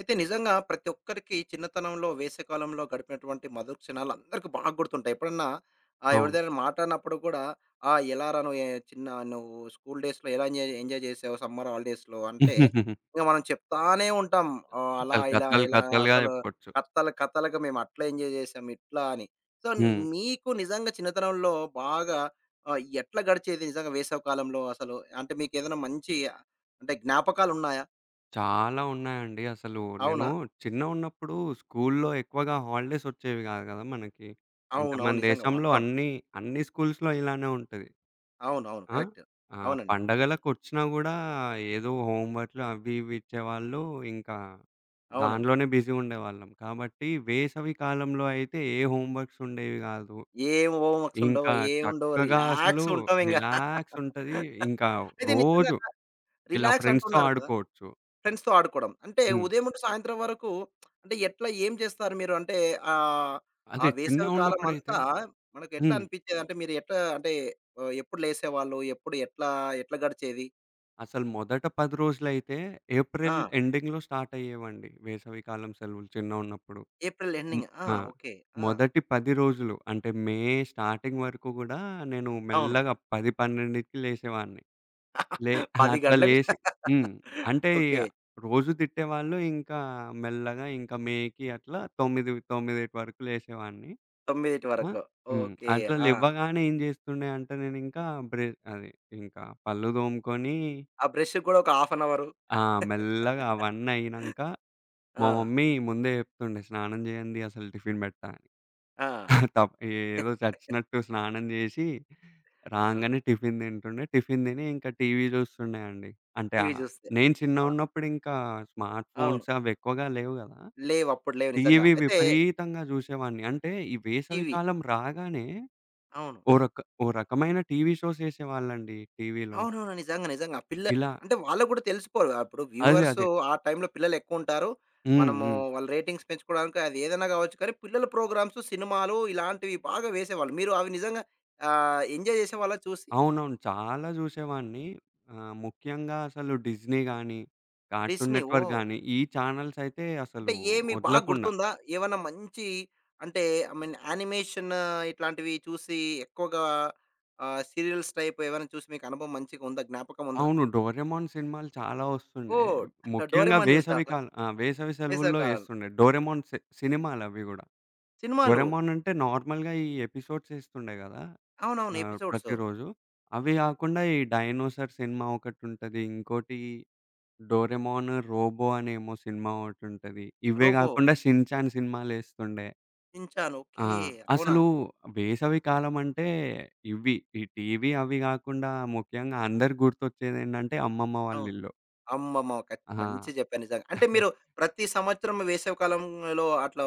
అయితే నిజంగా ప్రతి ఒక్కరికి చిన్నతనంలో, వేసవికాలంలో గడిపినటువంటి మధుర క్షణాలు అందరికి బాగా గుర్తుంటాయి. ఎప్పుడన్నా అవును. ఎవరిదైనా మాట్లాడినప్పుడు కూడా ఎలారా నువ్వు ఎ చిన్న నువ్వు స్కూల్ డేస్‌లో ఎలా ఎంజాయ్ ఎంజాయ్ చేసావు సమ్మర్ హాలిడేస్‌లో" అంటే ఇంక మనం చెప్తానే ఉంటాం. అలా, అసలు ఇలా, కథలు ఇలా కథలుగా అసలు చెప్పొచ్చు. కథలు కథలుగా మేము అట్లా ఎంజాయ్ చేసాం, ఇట్లా అని. సో, హ్మ్. మీకు నిజంగా చిన్నతనంలో బాగా ఎట్లా గడిచేది నిజంగా వేసవి కాలంలో అసలు? అంటే మీకేదైనా మంచి అంటే జ్ఞాపకాలున్నాయా? చాలా ఉన్నాయండి. అసలు నేను అవునా? చిన్నగున్నప్పుడు స్కూల్లో ఎక్కువగా హాలిడేస్ వచ్చేవి కాదు కదా! మనకి. అంటే మన అవునవును. నిజంగా దేశంలో వాస్తవం. అన్ని స్కూల్స్‌లో ఇలానే ఉంటది. అవునవును. ఆ! కరెక్ట్. ఆ! అవునండి. పండగలకొచ్చినా గూడా ఏదో హోంవర్క్‌లు అవి ఇవి ఇచ్చేవాళ్ళు. ఇంకా అవునండి. దానిలోనే బిజీ ఉండేవాళ్ళం. కాబట్టి వేసవి కాలంలో అయితే ఏ హోంవర్క్స్ ఉండేవి కాదు. ఏం హోంవర్క్స్ ఉండవు. ఇంకా ఏముండవు. చక్కగా అసలు రిలాక్స్ ఉంటామింగ. రిలాక్స్ ఉంటది. ఇంకా అయితే నిజంగా రోజు ఇలా రిలాక్స్ ఫ్రెండ్స్‌తో అంటున్నారు కదా! ఆడుకోవచ్చు. ఫ్రెండ్స్‌తో ఆడుకోవడం. అంటే హ్మ్. ఉదయం నుండి సాయంత్రం వరకు అంటే ఎట్లా ఏం చేస్తారు మీరు? అంటే ఆహ్, ఆ అదే వేసవి కాలం చిన్నగున్నప్పుడైతే. అంతా మనకు ఎట్లా హ్మ్. అనిపించేది? అంటే మీరు ఎట్లా అంటే ఎప్పుడు లేసేవాళ్ళు? ఎప్పుడు ఎట్లా ఎట్లా గడిచేది? అసలు మొదట 10 రోజులైతే ఆ! ఏప్రిల్ ఎండింగ్‌లో స్టార్ట్ అయ్యేవండి. వేసవికాలం సెలవులు చిన్నగున్నప్పుడు. ఏప్రిల్ హ్మ్. ఎండింగ్. ఆ! ఆ! ఓకే. ఆ! మొదటి 10 రోజులు అంటే మే స్టార్టింగ్ వరకు గూడా నేను అవును. మెల్లగా 10, 12కి లేసేవాడిని. ఆహా! 10 అట్లా గంటలకు లేసి. హ్మ్. అంటే ఇగ ఓకే. రోజు తిట్టేవాళ్ళు. ఇంకా మెల్లగా ఇంకా మేకి అట్లా 9 వరకు లేసేవాడిని. 9 ఆ! వరకు. హ్మ్. ఓకే. అట్లా ఆ! లెవ్వగానే ఏం చేస్తుండే అంటే నేనింకా బ్రె అది ఇంకా పళ్ళు తోముకొని. ఆ బ్రష్‌కి గూడా ఒక హాఫ్ అన్ అవరు. ఆ! మెల్లగా అవన్నీ అయినంక మా ఆ! మమ్మీ ముందే చెప్తుండే, "స్నానం చేయండి అసలు టిఫిన్ పెట్టా." ఆ! తప్ ఏదో చచ్చినట్టు స్నానం జేసి, ఆ! రాంగానే టిఫిన్ తింటుండే. టిఫిన్ తిని ఇంకా టీవీ చూస్తుండే అండి. అంటే టీవీ జూస్తే. నేను ఆ! చిన్నగున్నప్పుడింకా స్మార్ట్ అవును. ఫోన్స్ అవెక్కువగా లేవు గదా! లేవప్పుడు లేవు నిజంగా. టీవీ అయితే విపరీతంగా జూసేవాడిని. అంటే ఈ వేసవి టీవీ. కాలం రాగానే అవును. ఓ రక ఓ రకమైన టీవీ షోస్ ఏసేవాళ్ళండి టీవీలో. అవునవును. నిజంగా. నిజంగా. ఆ పిల్ల ఇలా అంటే వాళ్ళకి గూడా తెలిసిపోరు. అప్పుడు అదే. వ్యూవర్సు అదే. ఆ టైంలో పిల్లలెక్కువుంటారు. హ్మ్. మనము హ్మ్. వాళ్ళ రేటింగ్స్ పెంచుకోవడానికి అది ఏదైనా గావచ్చు కానీ, పిల్లల ప్రోగ్రామ్స్, సినిమాలు ఇలాంటివి బాగా వేసేవాళ్ళు. మీరు అవి నిజంగా ఎంజాయ్ జేసేవాళ్ళా చూసి? అవునవును. చాలా జూసేవాడిని. ముఖ్యంగా అసలు డిస్నీ గాని, కార్టూన్ డిస్నీ. నెట్‌వర్క్ ఓహ్! గాని, ఈ ఛానెల్స్ అయితే అంటే అసలు ఏ మీకు బాగా వదలకుండా. గుర్తుందా? ఏవన్నా మంచి అంటే ఐ మీన్ యానిమేషన్ ఇట్లాంటివి చూసి ఎక్కువగా సీరియల్స్ టైప్ ఏవైనా చూసి మీకు అనుభవం మంచిగా ఉందా? జ్ఞాపకం ఉందా? అవును. డోరేమోన్ సినిమాలు చాలా వస్తుండే. ఓహ్! ముఖ్యంగా 'డోరేమాన్' వేసవి చూసారా? కాల ఆ! వేసవి వేసవి సెలవుల్లో కాలంలో. యేస్తుండే. డోరేమోన్ సినిమాలవి గూడా. సినిమాలు. డోరేమోన్ అంటే నార్మల్‌గా ఈ ఎపిసోడ్స్ యేస్తుండే గదా! అవునవును. ఎపిసోడ్స్. ప్రతిరోజు. అవి గాకుండా ఈ డైనోసార్ సినిమా ఒకటుంటది. ఇంకోటి 'డోరేమోన్', 'రోబో' అనేమో సినిమా ఒకటుంటది. ఇవే 'రోబో', గాకుండా 'షిన్ చాన్' సినిమాలేస్తుండే. 'షిన్‌చాన్' ఆ! ఓకే. అవునా? అసలు వేసవి కాలమంటే ఇవి ఈ టీవీ అవి గాకుండా ముఖ్యంగా అందరికి గుర్తొచ్చేదేంటంటే అమ్మమ్మ అవును. వాళ్ళిల్లు. అమ్మమ్మ! కచ్ ఆ! మంచిగా చెప్పారు నిజంగా. అంటే మీరు ప్రతి సంవత్సరం వేసవి కాలంలో అట్లా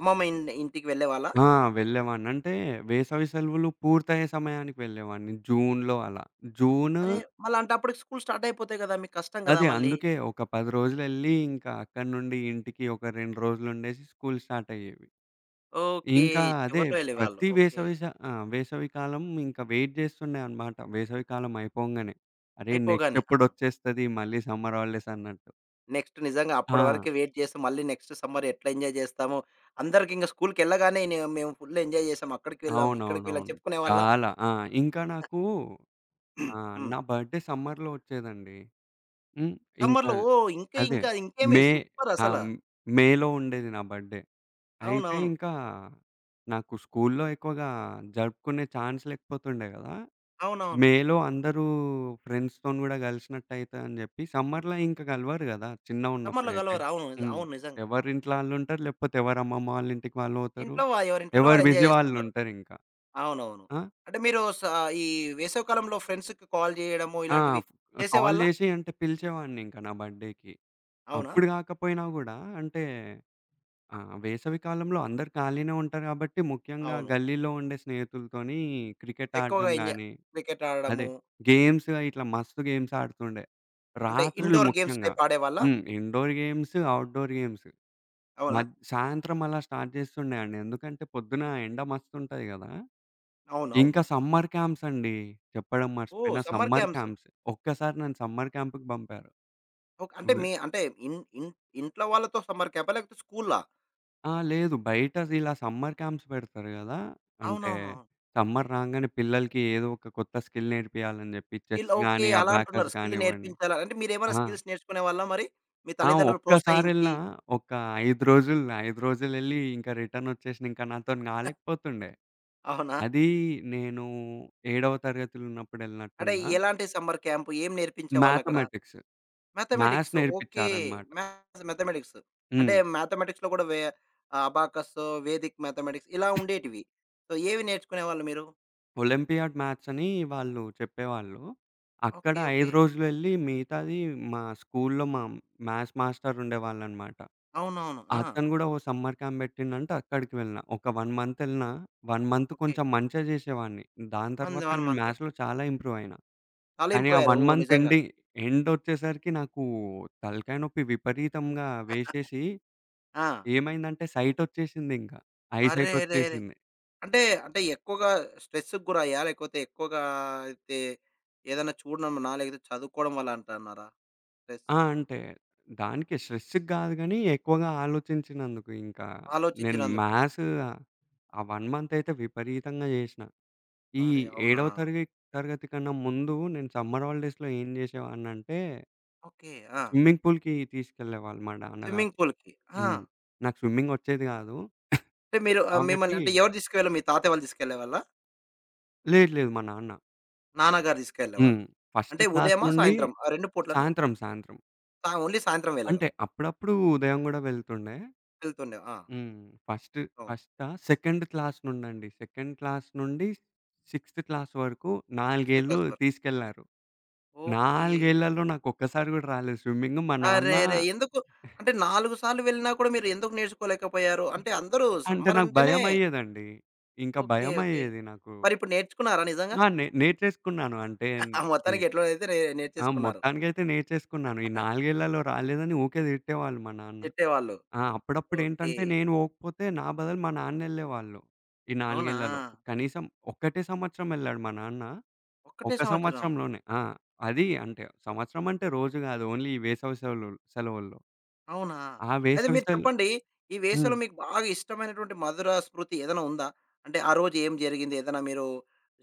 అమ్మమ్మ ఇంటికి వెళ్ళేవాళ్ళా? ఆ! వెళ్ళేవాడిని. అంటే వేసవి సెలవులు పూర్తయ్యే సమయానికి వెళ్ళేవాడిని జూన్‌లో అలా. జూన్ అరే! మళ్ళా అంటే అప్పటికి స్కూల్ స్టార్ట్ అయిపోతాయి కదా! మీకు కష్టం కదా అదే మళ్ళీ. అందుకే ఒక 10 రోజులెళ్లి ఇంకా అక్కడి నుండి ఇంటికి ఒక 2 రోజులుండేసి స్కూల్ స్టార్ట్ అయ్యేవి. ఓకే. ఇంకా అదే చివర్లో ఎళ్ళేవాళ్ళు. ప్రతి ఓకే. వేసవి స ఆ! వేసవికాలం ఇంకా వెయిట్ జేస్తుండే అన్నమాట. వేసవికాలం అయిపోంగానే. అరే! నెక్స్ట్ అయిపోగానే. ఆ! ఎప్పుడొచ్చేస్తది మళ్ళీ సమ్మర్ హాలిడేస్ అన్నట్టు. నెక్స్ట్ నిజంగా అప్పటి ఆ! వరకు వెయిట్ చేసి మళ్ళీ నెక్స్ట్ సమ్మర్ ఎట్లా ఎంజాయ్ చేస్తాము. అందరికింక స్కూల్‌కెళ్ళగానే మేము ఫుల్ ఎంజాయ్ చేసాం. అక్కడికి వెళ్ళాం, ఇక్కడికి వెళ్ళాం అవునవునవును. చెప్పుకునేవాళ్ళా? చాలా. ఆ! ఇంకా నాకు హ్మ్. నా బర్త్‌డే సమ్మర్‌లో వచ్చేదండి. హ్మ్. ఇంకా సమ్మర్‌లో ఓహ్! ఇంకా అదే ఇంకా ఇంకేమి మే సూపర్ ఆ! అసల. మ్- మేలో ఉండేది నా బర్త్‌డే. అయితే అవునవును. ఇంకా నాకు స్కూల్‌లో ఎక్కువగా జరుపుకునే ఛాన్స్ లేకపోతుండే గదా! అవునవును. మేలో అందరూ ఫ్రెండ్స్‌తోని గూడా గలిసినట్టయితే అని జెప్పి, సమ్మర్‌లో ఇంక గలవరు గదా! సమ్మర్‌లో చిన్నగున్నప్పుడైతే. కలవరు. అవును. హ్మ్. అవును నిజంగా. ఎవరింట్ల ఆళ్ళుంటారు, లేకపోతే ఎవరి అమ్మమ్మ వాళ్ళ ఇంటికి వాళ్ళు పోతారు. ఇంట్లో వా ఎవరింట్లో ఎవరు వాళ్ళు ఎంజాయ్ బిజీ చేస్తుంటారు. వాళ్ళుంటారింక. అవునవును. ఆ! అంటే మీరు ఈ వేసవికాలంలో ఫ్రెండ్స్‌కి కాల్ చేయడము ఆ! ఇలాంటివి కాల్ చేసేవాళ్ళా? జేసి అంటే పిలిచేవాడినింక నా బర్త్‌డేకి. అవునా? అప్పుడు గాకపోయినా గూడా అంటే వేసవి కాలంలో అందరు ఖాళీనే ఉంటారు గాబట్టి, ముఖ్యంగా అవును. గల్లీలో ఉండే స్నేహితులతోని క్రికెట్ ఎక్కువగా ఆడడం గాని. క్రికెట్ అదే. ఆడడము. గేమ్స్ ఇట్లా మస్తు గేమ్స్ ఆడుతుండే. అంటే రాత్రులు ఇండోర్ గేమ్స్ ముఖ్యంగా. టైప్ ఆడేవాళ్ళా? హ్మ్. Indoor games, outdoor games. అవునా? సాయంత్రం అలా స్టార్ట్ చేస్తుండే అండి. ఎందుకంటే పొద్దున ఎండ మస్తుంటది గదా! అవును. అవును. ఇంకా సమ్మర్ క్యాంప్స్ అండి. చెప్పడం ఓహ్! మర్చిపోయినా సమ్మర్ సమ్మర్ క్యాంప్స్. క్యాంప్స్. ఒక్కసారి నన్ను సమ్మర్ క్యాంప్‌కి పంపారు. ఓకే. అంటే వె మీ అంటే ఇన్ ఇన్ ఇంట్లో వాళ్ళతో సమ్మర్ క్యాంపా? లేకపోతే స్కూలా? ఆ! లేదు. బయట ఇలా సమ్మర్ క్యాంప్స్ పెడతారు గదా! అంటే అవునవును. సమ్మర్ రాంగానే పిల్లలకి ఏదో ఒక కొత్త స్కిల్ నేర్పియాలని జెప్పి స్కిల్ చెస్ ఓకే. గాని, అలా అంటున్నారు. అబాకస్ స్కిల్ గానివ్వండి. నేర్పించాలా? అంటే మీరేమైనా ఆ! స్కిల్స్ నేర్చుకునేవాళ్ళా మరి? మీ ఆ! తల్లిదండ్రులు ప్రోత్సహించి ఒక్కసారెళ్ళినా ఒక 5 రోజులెళ్ళి ఇంకా రిటర్నొచ్చేసినా ఇంక నాతోని కాలేకపోతుండే. అవునా? అది నేను ఏడవ తరగతిలో అంటే ఉన్నప్పుడెళ్ళినట్టున్నా. ఎలాంటి సమ్మర్ క్యాంప్? ఏం నేర్పించేవాళ్ళక్కడ? మ్యాథమెటిక్స్. Maths mathematics. ఓకే. నేర్పిచ్చారనమాట. Maths, mathematics. అంటే హ్మ్. మ్యాథమెటిక్స్‌లో కూడా అబాకస్, వేదిక్ మ్యాథమెటిక్స్ ఇలా ఉండేటివి. సో, ఏవి నేర్చుకునేవాళ్ళు మీరు? ఒలింపియాడ్ మ్యాథ్స్ అని వాళ్ళు చెప్పేవాళ్ళు. అక్కడ ఓకే. ఓకే. 5 రోజులెళ్ళి మిగతాది మా స్కూల్లో మా మ్యాథ్స్ మాస్టర్ ఉండేవాళ్ళనమాట. అవునవును. ఆ! అతను గూడా ఓ సమ్మర్ క్యాంప్ పెట్టిండంటే అక్కడికి వెళ్ళిన. ఒక 1 మంత్ ఎళ్ళినా, 1 మంత్ ఓకే. కొంచెం మంచిగా చేసేవాడిని. దాని మంత్ తర్వాత 1 నేను మంత్. మ్యాథ్స్‌లో చాలా ఇంప్రూవ్ అయినా. చాలా కానీ ఇంప్రూవ్ ఆ 1 అయ్యారు. ఓహ్! మంత్ నిజంగా. ఎండొచ్చేసరికి నాకు తలకాయ నొప్పి విపరీతంగా వేసేసి ఆ! ఏమైందంటే సైటొచ్చేసిందింకా. ఐ అరెరెరే! సైటొచ్చేసింది. అంటే, అంటే ఎక్కువగా స్ట్రెస్‌కి గురయ్యారా? లేకపోతే ఎక్కువగా అయితే ఏదైనా చూడడంనా? లేకపోతే చదువుకోవడం వల్ల అంటన్నారా స్ట్రెస్? ఆ! అంటే దానికి స్ట్రెస్‌కి గాదు గానీ ఎక్కువగా ఆలోచించినందుకు ఇంకా. నేను ఆలోచించినందుకు. మ్యాథ్స్ ఆ 1 మంత్ అయితే విపరీతంగా చేసిన. ఈ అరే! అవునా? 7వ తరగతి కన్నా ముందు నేను సమ్మర్ హాలిడేస్‌లో ఏం చేసేవాడినంటే, ఓకే. ఆ! స్విమ్మింగ్ పూల్‌కి తీసుకెళ్ళేవాళ్ళు మా నాన్నగారు. స్విమ్మింగ్ పూల్‌కి. ఆ! హ్మ్. నాకు స్విమ్మింగ్ వచ్చేది కాదు. అంటే మీరు మిమ్మల్ని కాబట్టి అంటే ఎవరు తీసుకెళ్ళారు? మీ తాతయ్య వాళ్ళు తీసుకెళ్ళేవాళ్ళా? లేదు లేదు మా నాన్న. నాన్నగారు తీసుకెళ్ళేవాళ్ళు. హ్మ్. ఫస్ట్ అంటే క్లాస్ ఉదయమా? నుండి సాయంత్రం ఆ 2 పూట్లనా? సాయంత్రం, సాయంత్రం. ఓన్లీ సాయంత్రం వేళలో అంటే అప్పుడప్పుడు ఉదయం కూడా వెళ్తుండే. వెళ్తుండే. ఆ! హ్మ్. ఫస్ట్ అవును. ఫస్టా? సెకండ్ క్లాస్ నుండండి. సెకండ్ క్లాస్ నుండి సిక్స్త్ క్లాస్ వరకు 4 6థ్ ఏళ్ళు క్లాస్ వరకు. తీసుకెళ్లారు. ఓకే. 4 ఏళ్లలో నాకు ఒక్కసారి కూడా రాలేదు స్విమ్మింగ్. మా నాన్న అరెరే! ఎందుకు? అంటే 4 సార్లు వెళ్ళినా కూడా మీరు ఎందుకు నేర్చుకోలేకపోయారు? అంటే అందరూ అంటే సమ్మర్ నాకు అంటేనే భయమయ్యేదండి. ఇంకా ఓకే. ఓకే. భయమయ్యేది నాకు. మరిప్పుడు నేర్చుకున్నారా నిజంగా? ఆ! నేర్చేసుకున్నాను. అంటే ఆ ఈ మొత్తానికి ఎట్లోనైతే ఆ! నేర్చేసుకున్నారు. మొత్తానికైతే నేర్చేసుకున్నాను. ఈ 4 ఏళ్లలో రాలేదని ఊకే తిట్టేవాళ్ళు మా నాన్న. తిట్టేవాళ్ళు. ఆ! ఓకే. అప్పుడప్పుడేంటంటే నేను పోకపోతే నా బదులు మా నాన్న ఎళ్ళేవాళ్ళు. ఈ 4 అవునా? ఏళ్లలో. కనీసం ఒక్కటే సంవత్సరం ఎళ్ళాడు మా నాన్న. ఒక్కటే ఒక సంవత్సరం. సంవత్సరంలోనే. ఆ! అది అంటే సంవత్సరం అంటే రోజు గాదు. ఓన్లీ ఈ వేసవి సెలవుల్లో. అవునా! ఆ అయితే వేసవి మీరు సెల చెప్పండి. ఈ హ్మ్. వేసవిలో మీకు బాగా ఇష్టమైనటువంటి మధుర స్మృతి ఏదైనా ఉందా? అంటే ఆ రోజు ఏం జరిగింది? ఏదైనా మీరు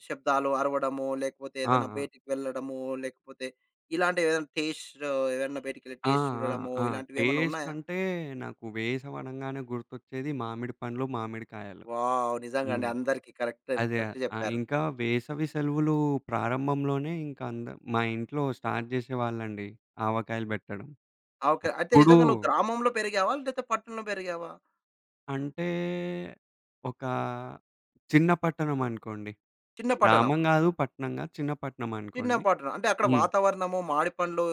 శబ్దాలు అరవడము, లేకపోతే ఆ! ఏదైనా ఆ! బయటికి వెళ్ళడము, లేకపోతే ఇలాంటివి ఏదైనా టేస్ట్ ఏదైనా బయటికెళ్ళి ఆ! టేస్ట్ ఆ! చూడడము, ఆ! ఇలాంటివేమన్నా టేస్ట్ ఉన్నాయా? అంటే నాకు వేసవి అనంగానే గుర్తొచ్చేది మామిడి పండ్లు, మామిడికాయలు. వావ్! నిజంగా అండి. హ్మ్. అందరికీ కరెక్ట్ అదే. కరెక్ట్ ఆ! చెప్పారు. ఇంకా వేసవి సెలవులు ప్రారంభంలోనే ఇంకా మా ఇంట్లో స్టార్ట్ చేసేవాళ్ళండి ఆవకాయలు పెట్టడం. ఆ! ఓకే. అయితే అప్పుడు నిజంగా నువ్వు గ్రామంలో పెరిగావా? లేకపోతే పట్టణంలో పెరిగావా? అంటే ఒక చిన్న పట్టణం అనుకోండి. చిన్న పట్టణం. గ్రామం గాదు, పట్టణం గాదు. చిన్న పట్టణం చిన్న అనుకోండి. పట్టణం. అంటే అక్కడ హ్మ్. వాతావరణము, మామిడి పండ్లు,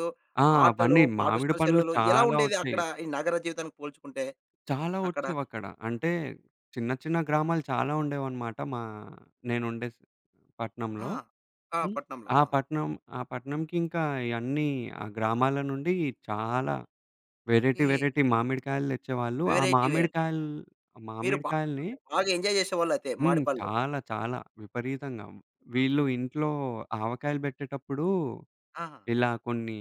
ఆ! ఆటలు, అవన్నీ మామిడి పాఠశాల పండ్లు సెలవులు ఎలా చాలా ఉండేది వచ్చాయి. అక్కడ ఈ నగర జీవితానికి పోల్చుకుంటే? చాలా అక్కడ వచ్చేవక్కడ. అంటే చిన్న చిన్న గ్రామాలు చాలా ఉండేవన్నమాట నేనుండే ఆ! పట్నంలో. ఆ! హ్మ్. పట్నంలో. ఆ ఆ! పట్నం ఆ పట్నంకి ఇంకా ఇయన్నీ ఆ గ్రామాల నుండి చాలా వెరైటీ ఓకే. వెరైటీ మామిడికాయలు తెచ్చేవాళ్ళు. Variety wear. ఆ మీరు బాగా మామిడికాయల్ని. చూసారు. బాగా ఎంజాయ్ చేసేవాళ్ళైతే హ్మ్. మామిడిపళ్ళు. చాలా చాలా విపరీతంగా. వీళ్ళు ఇంట్లో ఆవకాయలు బెట్టేటప్పుడు ఆహా! ఇలా కొన్ని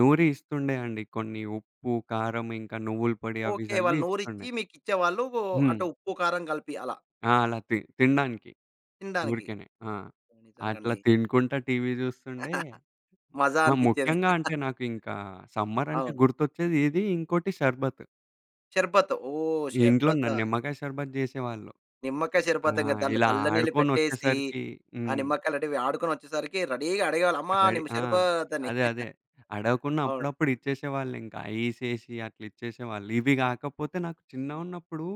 నూరి ఇస్తుండే అండి. కొన్ని ఉప్పు, కారం ఇంకా నువ్వుల పొడి అవి ఓకే. జల్లి వాళ్ళు నూరిచ్చి ఇస్తుండే. మీకిచ్చేవాళ్ళు. హ్మ్. అటు ఉప్పు, కారం కలిపి అలా ఆ! అలా తినడానికి తినడానికి. ఊరికేనే. ఆ! అట్లా నిజంగండి. తినుకుంటా టీవీ జూస్తుండే. మజా అనిపిచ్చేది. ముఖ్యంగా అంటే నాకు ఇంకా సమ్మర్ అంటే అవును. గుర్తొచ్చేది ఇది. ఇంకోటి షర్బత్. షర్బత్. ఓహ్! ఈ ఇంట్లో షర్బతా? నిమ్మకాయ షర్బత్ జేసేవాళ్ళు. నిమ్మకాయ ఆ! షర్బత్ ఇంక దాంట్లో ఇలా చల్ల నీళ్ళు పెట్టేసి, ఆడుకొనొచ్చేసరికి. ఆ హ్మ్. నిమ్మకాయలటివి ఆడుకొనొచ్చేసరికి రెడీగా అడిగేవాళ్ళు. అమ్మా! రెడీ నిమ్మ ఆ! షర్బత్ అని. అదే. అదే. అడగకుండా అవును. అప్పుడప్పుడు ఇచ్చేసేవాళ్ళింకా. ఐసేసి అట్లా ఇచ్చేసేవాళ్ళు. ఇవి గాకపోతే నాకు చిన్నగున్నప్పుడు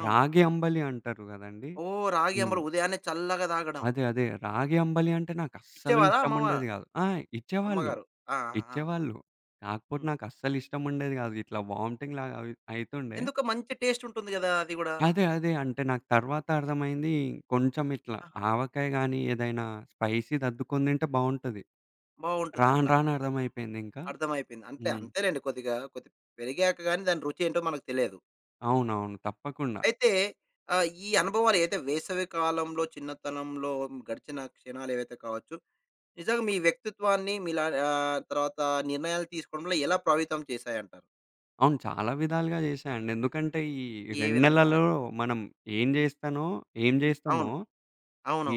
అవును. రాగి అంబలి అంటారు గదండీ! ఓహ్! రాగి హ్మ్. అంబలి ఉదయాన్నే చల్లగా తాగడం. అదే. అదే. రాగి అంబలి అంటే నాకస్సలు ఇచ్చేవారా ఇష్టముండేది గాదు. ఆ! ఇచ్చేవాళ్ళు. అమ్మగారు? ఆ! ఆ! ఆ! ఆ! ఇచ్చేవాళ్ళు. కాకపోతే హ్మ్. నాకస్సలు ఇష్టముండేది గాదు. ఇట్లా వామిటింగ్ లాగా అవి అయితుండే. ఎందుకో మంచి టేస్ట్ ఉంటుంది గదా! అది గూడా. అదే. అదే. అంటే నాకు తర్వాత అర్థమైంది కొంచెం ఇట్లా ఆహా! ఆవకాయ గానీ, ఏదైనా స్పైసీది అద్దుకొని తింటే బావుంటది. బావుంటుంది రాను అట్లా. రాను అర్థమైపోయిందింకా. అర్థమైపోయింది. అంతే హ్మ్. అంతేలెండి కొద్దిగా పెరిగాక గాని దాని రుచి ఏంటో మనకు తెలియదు. అవునవును. తప్పకుండా. అయితే ఈ అనుభవాలు ఏదైతే వేసవి కాలంలో, చిన్నతనంలో గడిచిన క్షణాలు ఏవైతే కావచ్చు, నిజంగా మీ వ్యక్తిత్వాన్ని మీలా తర్వాత నిర్ణయాలు తీసుకోవడంలో ఎలా ప్రభావితం చేశాయంటారు? అవును. చాలా విధాలుగా చేశా అండి. ఎందుకంటే ఈ ఏ 2 విధంగా? నెలల్లో మనం ఏం జేస్తానో ఏం జేస్తామో అవును.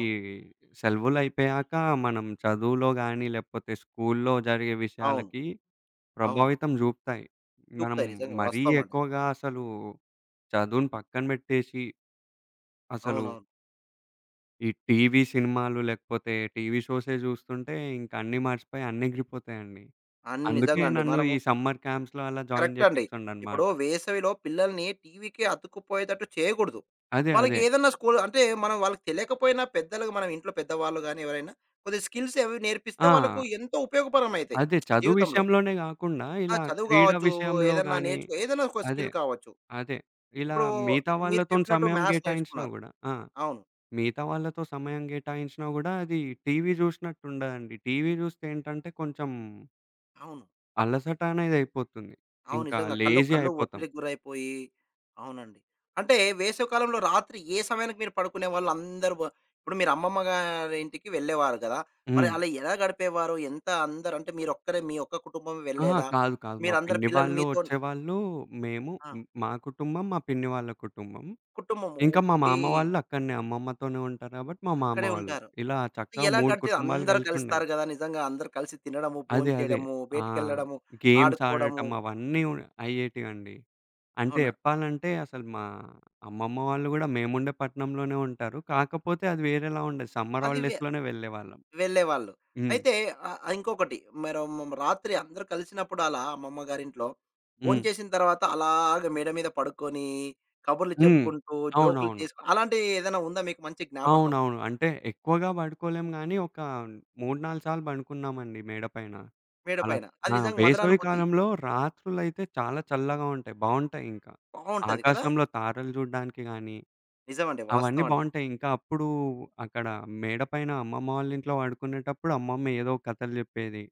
ఈ సెలవులయిపోయాక మనం చదువులో గాని, లేకపోతే స్కూల్లో జరిగే అవును. విషయాలకి అవును. ప్రభావితం జూపుతాయి. మనం చూపుతాయి నిజంగా మరీ వాస్తవం అండి. ఎక్కువగా అసలు చదువుని పక్కన బెట్టేసి, అసలు అవునవును. ఈ టీవీ సినిమాలు, లేకపోతే టీవీ షోసే జూస్తుంటే ఇంక అన్నీ మర్చిపోయి అన్నెగిరిపోతాయండి. అన్ని అందుకే నిజంగా అండి. నన్ను మనము ఈ సమ్మర్ క్యాంప్స్‌లో అలా జాయిన్ కరెక్ట్ అండి. ఇప్పుడు జేపిస్తుండనమాట. వేసవిలో పిల్లల్ని టీవీకి అతుక్కుపోయేటట్టు చేయకూడదు. అదే. వాళ్ళకి అదే. ఏదన్నా స్కూల్ అంటే మనం వాళ్ళకి తెలియకపోయినా పెద్దలుగా మనం ఇంట్లో పెద్దవాళ్ళు గాని ఎవరైనా కొద్దిగా స్కిల్స్ అవి నేర్పిస్తే ఆ! వాళ్ళకు ఎంతో ఉపయోగపరమైతాయి అదే చదువు జీవితంలో. విషయంలోనే గాకుండా ఆ! ఇలా చదువు క్రీడా కావచ్చు, విషయంలో ఏదన్నా గాని. ఏదైనా ఒక అదే. స్కిల్ కావచ్చు. అదే. ఇలా ఇప్పుడు మిగతా మీరు వాళ్ళతోని చెప్పినట్టు సమయం మ్యాథ్స్ కేటాయించినా నేర్చుకున్నారు. గూడా. ఆ! అవును. మిగతా వాళ్ళతో సమయం కేటాయించినా గూడా అది టీవీ జూశినట్టుండదండి. టీవీ జూస్తే ఏంటంటే కొంచెం అవును. అలసట అనేదయిపోతుంది. అవును. ఇంకా నిజంగా. కళ్ళు, లేజీ కళ్ళు అయిపోతాం. ఒత్తిడికి గురైపోయి అవునండి. అంటే వేసవికాలంలో రాత్రి ఏ సమయానికి మీరు పడుకునేవాళ్ళు? అందరూ ఇప్పుడు మీరు అమ్మమ్మ గారి ఇంటికి వెళ్ళేవారు గదా! మరి హ్మ్. అలా ఎలా గడిపేవారు? ఎంత అందరూ అంటే మీరొక్కరే మీ ఒక్క కుటుంబమే ఆ! వెళ్ళేదా? కాదు. కాదు. మా మీరందరు పిన్ని పిల్లలు వాళ్ళు, మీతోన్ వచ్చేవాళ్ళు, మేము. ఆ! మా కుటుంబం, మా పిన్ని వాళ్ళ కుటుంబం. కుటుంబం ఇంకా మా ఓకే. మామ వాళ్ళు అక్కడనే అమ్మమ్మతోనే ఉంటారు కాబట్టి మా మామ అక్కడే వాళ్ళు. ఉంటారు. ఇలా చక్కగా ఎలా 3 గడిచేది? కుటుంబాలు అందరూ కలుస్తారు కలిసుండేవి. గదా! నిజంగా అందరూ కలిసి తినడము, అదే. అదే. భోంచేయడము, ఆ! బయటికెళ్ళడము, గేమ్స్ ఆడుకోవడము. ఆడటం అవన్నీ అయ్యేటివండి. అంటే అవునా? చెప్పాలంటే అసలు మా అమ్మమ్మ వాళ్ళు గూడా మేముండే పట్నంలోనే ఉంటారు. కాకపోతే అది వేరేలా ఉండేది. సమ్మర్ అది హాలిడేస్‌లోనే వెళ్ళేవాళ్ళం. వెళ్ళేవాళ్ళు. హ్మ్. అయితే ఇంకొకటి మరో రాత్రి అందరూ కలిసినప్పుడు అలా అమ్మమ్మ గారింట్లో, హ్మ్. భోంచేసిన తర్వాత అలాగ మేడ మీద పడుకొని, కబుర్లు హ్మ్. చెప్పుకుంటూ, జోకులు అవునవును. చేసుకు అలాంటివి ఏదైనా ఉందా మీకు మంచి జ్ఞాపకం అవునవును. అంటే ఎక్కువగా పడుకోలేం గానీ, ఒక 3, 4 సార్లు పడుకున్నామండి మేడ పైన. మేడ అలా. పైన? అది నిజంగా వేసవి మధురానుభూతి. కాలంలో రాత్రులైతే చాలా చల్లగా ఉంటాయి. బావుంటాయింకా. బావుంటది కదా! ఆకాశంలో తారలు చూడడానికి గానీ, నిజమండి. అవన్నీ వాస్తవం అండి. బావుంటాయి. ఇంకా అప్పుడు అక్కడ మేడ పైన అమ్మమ్మ వాళ్ళ ఇంట్లో పడుకునేటప్పుడు అమ్మమ్మ ఏదో కథలు చెప్పేది.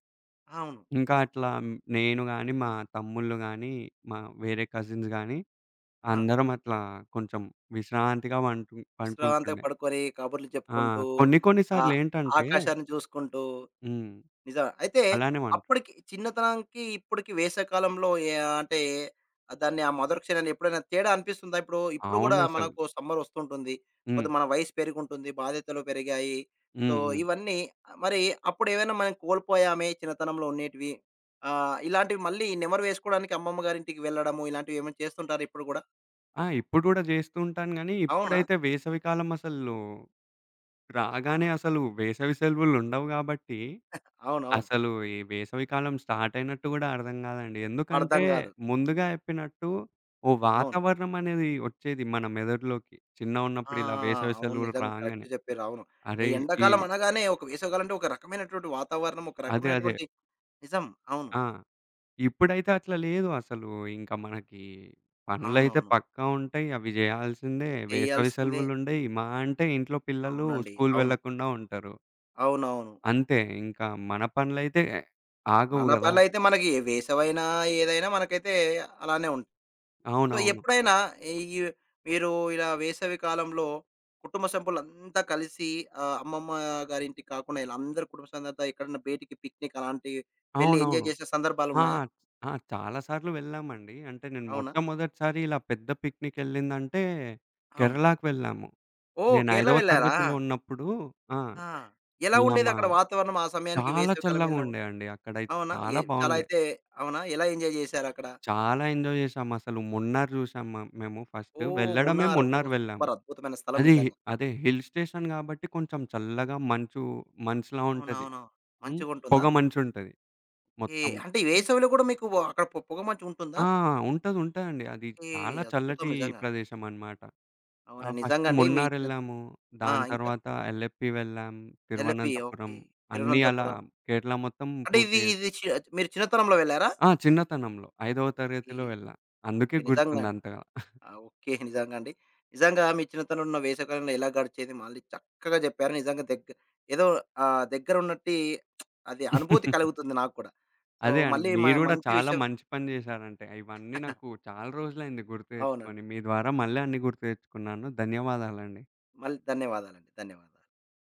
అవును. ఇంకా అట్లా నేను గాని, మా తమ్ముళ్ళు గాని, మా వేరే కజిన్స్ గాని ఆ! అందరం అట్లా కొంచెం విశ్రాంతిగా విశ్రాంతిగా పండుకుంటుండే. పడుకొని కబుర్లు ఆ! చెప్పుకుంటూ, కొన్ని కొన్ని ఆహ్, సార్లేంటంటే. ఆకాశాన్ని చూసుకుంటూ హ్మ్. నిజమే. అయితే అలానే పంట అప్పటికి చిన్నతనానికి, ఇప్పటికి వేసవికాలంలో ఏ అంటే దాన్ని ఆ మొదటి క్షణాన్ని ఎప్పుడైనా తేడా అనిపిస్తుందా? ఇప్పుడు గూడా అవునసలు. మనకు సమ్మర్ వస్తుంటుంది. హ్మ్. కొద్ది మన వయసు పెరిగుంటుంది. బాధ్యతలు పెరిగాయి. సో, హ్మ్. హ్మ్. ఇవన్నీ మరి అప్పుడేమైనా మనం కోల్పోయామే చిన్నతనంలో ఉండేటివి. ఇలాంటివి మళ్ళీ నెమరు వేసుకోవడానికి అమ్మమ్మ గారింటికి వెళ్ళడము, ఇలాంటివి ఏమైనా చేస్తుంటారా ఇప్పుడు గూడా? ఆ! ఇప్పుడు గూడా జేస్తూ ఉంటాను గానీ, అవునా? ఇప్పుడైతే వేసవి కాలం అసలు రాగానే అసలు వేసవి సెలవులుండవు గాబట్టి అవునవును. అసలు ఈ వేసవికాలం స్టార్ట్ అయినట్టు గూడా అర్థం గాదండి. ఎందుకంటే, అర్థం గాదు. ముందుగా చెప్పినట్టు ఓ అవును. వాతావరణం అనేది ఒచ్చేది మన మెదడులోకి. ఆ! చిన్నగున్నప్పుడు ఇలా వేసవి అవును. సెలవులు నిజంగా కరెక్ట్ రాంగానే. చెప్పారు. అవును. ఈ అరేయ్! ఈ ఎండాకాలం అనగానే ఒక వేసవికాలం అంటే ఒక రకమైనటువంటి వాతావరణం, ఒక అదే. అదే. రకమైనటువంటి నిజం. అవును. ఆ! ఇప్పుడైతే అట్లా లేదు అసలు. ఇంక మనకి పనులైతే అవునవును. పక్కా ఉంటయి. అవి జేయాల్సిందే. వేసవి చేయాల్సిందే. సెలవులుండయి. మహా అంటే ఇంట్లో పిల్లలు అవునండి. స్కూల్ అవును. వెళ్ళకుండా ఉంటారు. అవునవును. అంతే. ఇంకా మన పనులైతే ఆగవు మన గదా! పనులైతే మనకి వేసవైనా, ఏదైనా మనకైతే అలానే ఉంటుంది. సో, అవునవును. ఎప్పుడైనా ఈ మీరు ఇలా వేసవి కాలంలో కుటుంబ సభ్యులంతా కలిసి అమ్మమ్మ గారింటికి కాకుండా ఇలా అందరు కుటుంబ సభ్యులంతా ఎక్కడన్నా బయటికి పిక్నిక్ అలాంటివి వెళ్లి ఎంజాయ్ అవునవును. చేసిన ఆ! సందర్భాలున్నాయా? ఆ! చాలా సార్లు వెళ్ళామండి. అంటే నేను అవునా? మొట్టమొదటిసారి ఇలా పెద్ద పిక్నికెళ్ళిందంటే అవును. కేరళకి వెళ్ళాము. ఓహ్! నేను కేరళ 5వ వెళ్లారా? తరగతిలో ఉన్నప్పుడు. ఆ! ఆ! ఎలా ఇలా మా ఉండేదక్కడ వాతావరణం ఆ సమయానికి చాలా వేసవికాలం వెళ్ళినప్పుడు? చల్లగుండే అండి. అక్కడైతే అవునా? చాలా చాలా బావుండే. అయితే అవునా? ఎలా ఎంజాయ్ చేశారక్కడ? చాలా ఎంజాయ్ చేశాం. అసలు మున్నార్ చూసాం. మేము ఫస్ట్ ఓహ్! వెళ్ళడమే మున్నార్. ఓహ్! మున్నార్ వెళ్ళాము. సూపర్ అద్భుతమైన స్థలం అది నిజంగా. అదే హిల్ స్టేషన్ కాబట్టి కొంచెం చల్లగా మంచులా ఉంటది. అవునవును. హ్మ్. పొగ మంచిగుంటుందా? మంచుంటది ఏ మొత్తం. అంటే ఈ హ్మ్. వేసవిలో కూడా మీకు అక్కడ పొగమంచుంటుందా? ఆ! ఉంటదండి. అది ఏ చాలా అద్భుతం చల్లటి నిజంగా. ప్రదేశం అన్నమాట. ఆ! అవునా? ఫస్ట్ నిజంగండి మీ చిన్న మున్నారెళ్ళాము. ఆ! దాని ఇంకా? తర్వాత ఎల్ఎప్పి వెళ్ళాం. ఎల్లపి. తిరువనంతపురం ఓకే. అన్నీ అలా తిరువనంతపురం. కేరళ మొత్తం అంటే పూర్తి ఇది చేసాం. ఇది మీరు చిన్నతనంలో వెళ్లారా? ఆ! చిన్నతనంలో ఐదవ ఈ తరగతిలో వెళ్ళా. ఓకే. అందుకే నిజంగా. గుర్తుంది అంతగా. ఆ! ఓకే. నిజంగా అండి. నిజంగా మీ చిన్నతనంలో ఉన్న వేసవికాలంలో ఎలా గడిచేది మళ్ళీ చక్కగా చెప్పారు. నిజంగా ఏదో దగ్గర ఉన్నట్టి అది అనుభూతి కలుగుతుంది నాకు కూడా. సో, అదే అండి. మళ్ళీ మీరు గూడా మంచి చాలా విషయం మంచి పని జేశారంటే. ఇవన్నీ నాకు చాలా రోజులైంది గుర్తు అవునండి. తెచ్చుకొని. మీ ద్వారా మళ్ళీ అన్నీ గుర్తు తెచ్చుకున్నాను. ధన్యవాదాలండి. మళ్ళీ ధన్యవాదాలండి. ధన్యవాదాలు.